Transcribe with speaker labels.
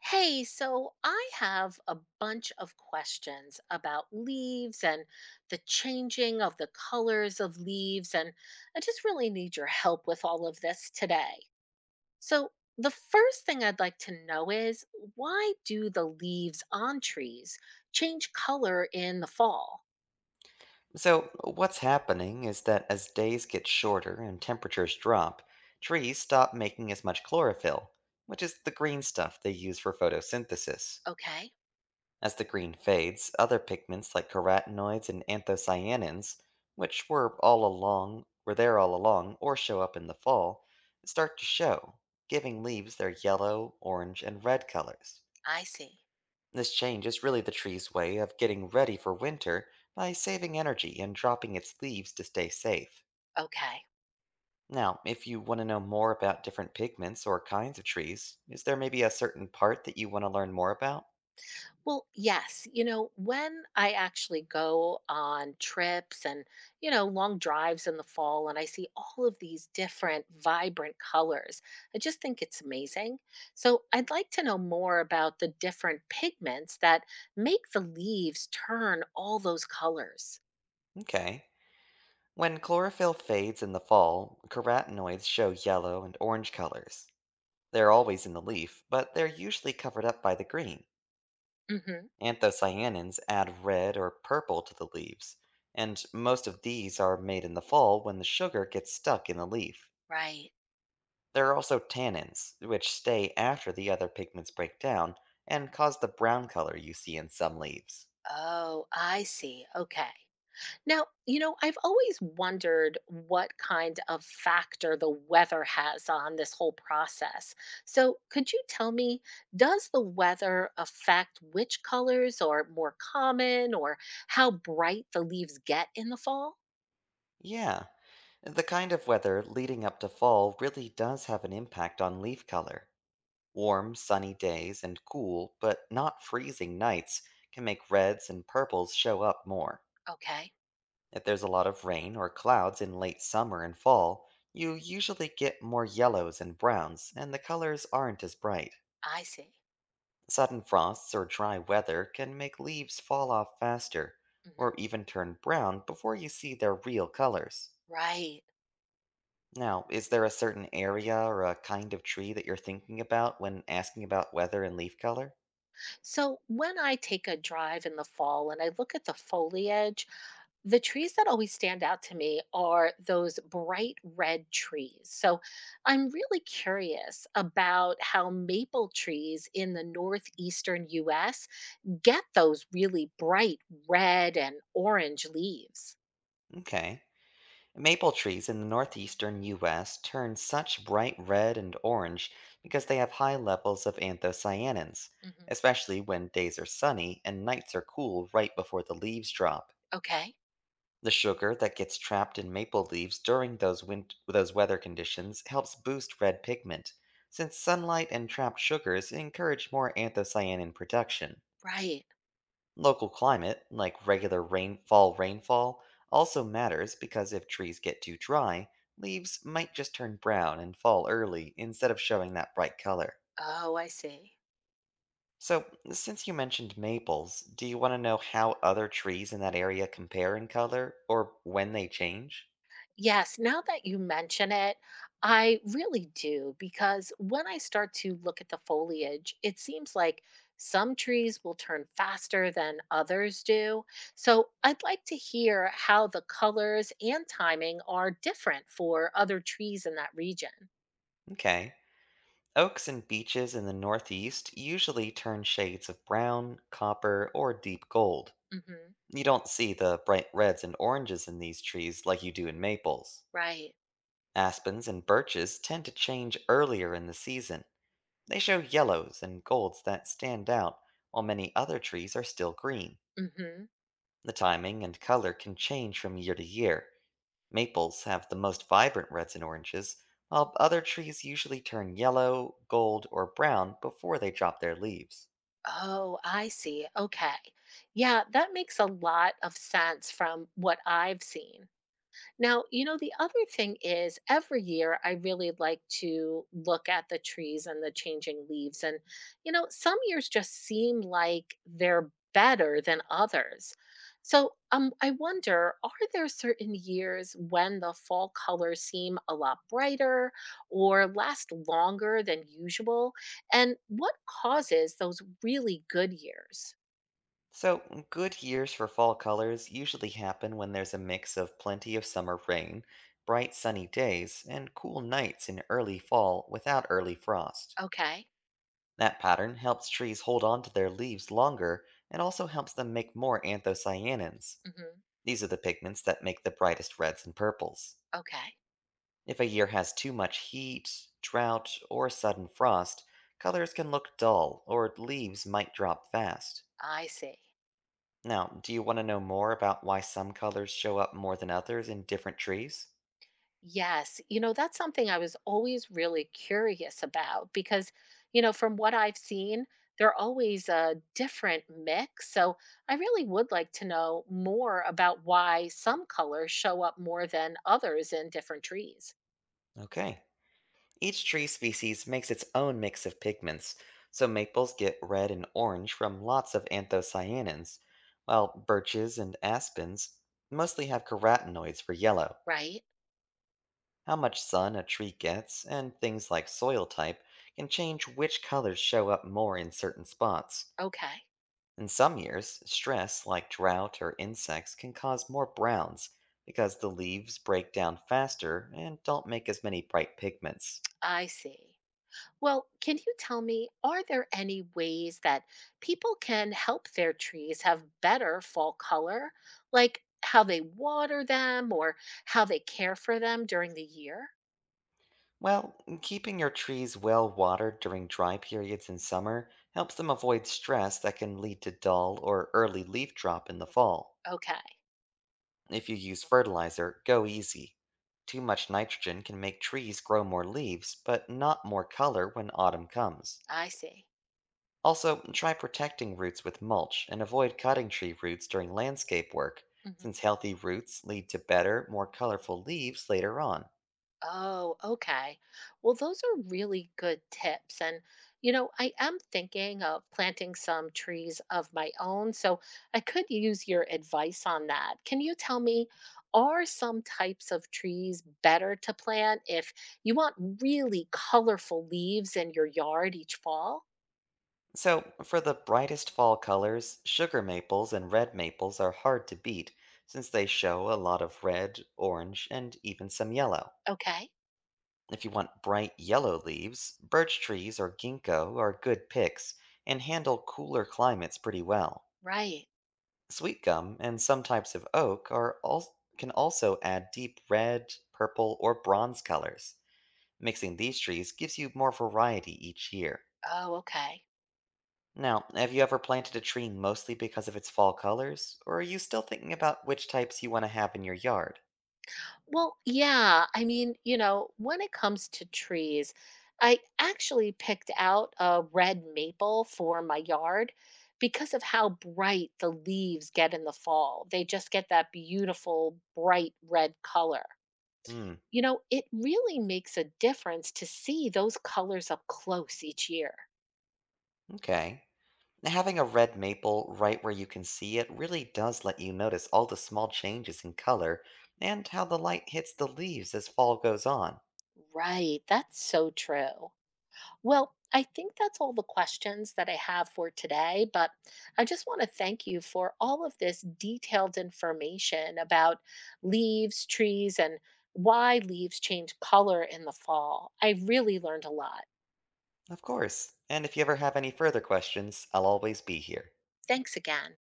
Speaker 1: Hey, so I have a bunch of questions about leaves and the changing of the colors of leaves, and I just really need your help with all of this today. So, the first thing I'd like to know is why do the leaves on trees change color in the fall?
Speaker 2: So, what's happening is that as days get shorter and temperatures drop, trees stop making as much chlorophyll, which is the green stuff they use for photosynthesis.
Speaker 1: Okay.
Speaker 2: As the green fades, other pigments like carotenoids and anthocyanins, which were all along were there all along or show up in the fall, start to show, giving leaves their yellow, orange, and red colors.
Speaker 1: I see.
Speaker 2: This change is really the tree's way of getting ready for winter by saving energy and dropping its leaves to stay safe.
Speaker 1: Okay.
Speaker 2: Now, if you want to know more about different pigments or kinds of trees, is there maybe a certain part that you want to learn more about?
Speaker 1: Well, yes. You know, when I actually go on trips and, you know, long drives in the fall and I see all of these different vibrant colors, I just think it's amazing. So I'd like to know more about the different pigments that make the leaves turn all those colors.
Speaker 2: Okay. When chlorophyll fades in the fall, carotenoids show yellow and orange colors. They're always in the leaf, but they're usually covered up by the green.
Speaker 1: Hmm.
Speaker 2: Anthocyanins add red or purple to the leaves, and most of these are made in the fall when the sugar gets stuck in the leaf.
Speaker 1: Right.
Speaker 2: There are also tannins, which stay after the other pigments break down and cause the brown color you see in some leaves.
Speaker 1: Oh, I see. Okay. Now, you know, I've always wondered what kind of factor the weather has on this whole process. So, could you tell me, does the weather affect which colors are more common or how bright the leaves get in the fall?
Speaker 2: Yeah, the kind of weather leading up to fall really does have an impact on leaf color. Warm, sunny days and cool, but not freezing nights can make reds and purples show up more.
Speaker 1: Okay.
Speaker 2: If there's a lot of rain or clouds in late summer and fall, you usually get more yellows and browns, and the colors aren't as bright.
Speaker 1: I see.
Speaker 2: Sudden frosts or dry weather can make leaves fall off faster, or
Speaker 1: Mhm.
Speaker 2: even turn brown before you see their real colors.
Speaker 1: Right.
Speaker 2: Now, is there a certain area or a kind of tree that you're thinking about when asking about weather and leaf color?
Speaker 1: So, when I take a drive in the fall and I look at the foliage, the trees that always stand out to me are those bright red trees. So I'm really curious about how maple trees in the northeastern US get those really bright red and orange leaves.
Speaker 2: Okay. Maple trees in the northeastern US turn such bright red and orange because they have high levels of anthocyanins,
Speaker 1: Hmm.
Speaker 2: especially when days are sunny and nights are cool right before the leaves drop.
Speaker 1: Okay,
Speaker 2: The sugar that gets trapped in maple leaves during those weather conditions helps boost red pigment, since sunlight and trapped sugars encourage more anthocyanin production.
Speaker 1: right.
Speaker 2: Local climate, like regular rainfall, also matters because if trees get too dry, leaves might just turn brown and fall early instead of showing that bright color.
Speaker 1: Oh, I see.
Speaker 2: So, since you mentioned maples, do you want to know how other trees in that area compare in color or when they change?
Speaker 1: Yes, now that you mention it, I really do because when I start to look at the foliage, it seems like some trees will turn faster than others do. So I'd like to hear how the colors and timing are different for other trees in that region.
Speaker 2: Okay. Oaks and beeches in the northeast usually turn shades of brown, copper, or deep gold.
Speaker 1: Hmm.
Speaker 2: You don't see the bright reds and oranges in these trees like you do in maples.
Speaker 1: Right.
Speaker 2: Aspens and birches tend to change earlier in the season. They show yellows and golds that stand out, while many other trees are still green.
Speaker 1: Hmm.
Speaker 2: The timing and color can change from year to year. Maples have the most vibrant reds and oranges, while other trees usually turn yellow, gold, or brown before they drop their leaves.
Speaker 1: Oh, I see. Okay. Yeah, that makes a lot of sense from what I've seen. Now, you know, the other thing is every year I really like to look at the trees and the changing leaves. And, you know, some years just seem like they're better than others. So I wonder, are there certain years when the fall colors seem a lot brighter or last longer than usual? And what causes those really good years?
Speaker 2: So, good years for fall colors usually happen when there's a mix of plenty of summer rain, bright sunny days, and cool nights in early fall without early frost.
Speaker 1: Okay.
Speaker 2: That pattern helps trees hold on to their leaves longer and also helps them make more anthocyanins.
Speaker 1: Hmm.
Speaker 2: These are the pigments that make the brightest reds and purples.
Speaker 1: Okay.
Speaker 2: If a year has too much heat, drought, or sudden frost, colors can look dull or leaves might drop fast.
Speaker 1: I see.
Speaker 2: Now, do you want to know more about why some colors show up more than others in different trees?
Speaker 1: Yes. You know, that's something I was always really curious about because, you know, from what I've seen, they're always a different mix. So I really would like to know more about why some colors show up more than others in different trees,
Speaker 2: Okay. Each tree species makes its own mix of pigments, so maples get red and orange from lots of anthocyanins, while birches and aspens mostly have carotenoids for yellow.
Speaker 1: right?
Speaker 2: How much sun a tree gets and things like soil type can change which colors show up more in certain spots.
Speaker 1: Okay.
Speaker 2: In some years, stress like drought or insects can cause more browns because the leaves break down faster and don't make as many bright pigments.
Speaker 1: I see. Well, can you tell me, are there any ways that people can help their trees have better fall color, like how they water them or how they care for them during the year?
Speaker 2: Well, keeping your trees well watered during dry periods in summer helps them avoid stress that can lead to dull or early leaf drop in the fall.
Speaker 1: Okay.
Speaker 2: If you use fertilizer, go easy. Too much nitrogen can make trees grow more leaves, but not more color when autumn comes.
Speaker 1: I see.
Speaker 2: Also, try protecting roots with mulch and avoid cutting tree roots during landscape work,
Speaker 1: Mhm.
Speaker 2: since healthy roots lead to better, more colorful leaves later on.
Speaker 1: Oh, okay. Well, those are really good tips. And, you know, I am thinking of planting some trees of my own, so I could use your advice on that. Can you tell me, are some types of trees better to plant if you want really colorful leaves in your yard each fall?
Speaker 2: So, for the brightest fall colors, sugar maples and red maples are hard to beat since they show a lot of red, orange, and even some yellow.
Speaker 1: Okay,
Speaker 2: If you want bright yellow leaves, birch trees or ginkgo are good picks and handle cooler climates pretty well.
Speaker 1: right.
Speaker 2: Sweet gum and some types of oak can also add deep red, purple, or bronze colors. Mixing these trees gives you more variety each year.
Speaker 1: Oh, okay.
Speaker 2: Now, have you ever planted a tree mostly because of its fall colors, or are you still thinking about which types you want to have in your yard?
Speaker 1: Well, yeah. I mean, you know, when it comes to trees, I actually picked out a red maple for my yard because of how bright the leaves get in the fall. They just get that beautiful, bright red color.
Speaker 2: Hmm,
Speaker 1: You know, it really makes a difference to see those colors up close each year.
Speaker 2: okay. Now, having a red maple right where you can see it really does let you notice all the small changes in color and how the light hits the leaves as fall goes on.
Speaker 1: Right. That's so true. Well, I think that's all the questions that I have for today, but I just want to thank you for all of this detailed information about leaves, trees, and why leaves change color in the fall. I really learned a lot.
Speaker 2: Of course, and if you ever have any further questions, I'll always be here.
Speaker 1: Thanks again.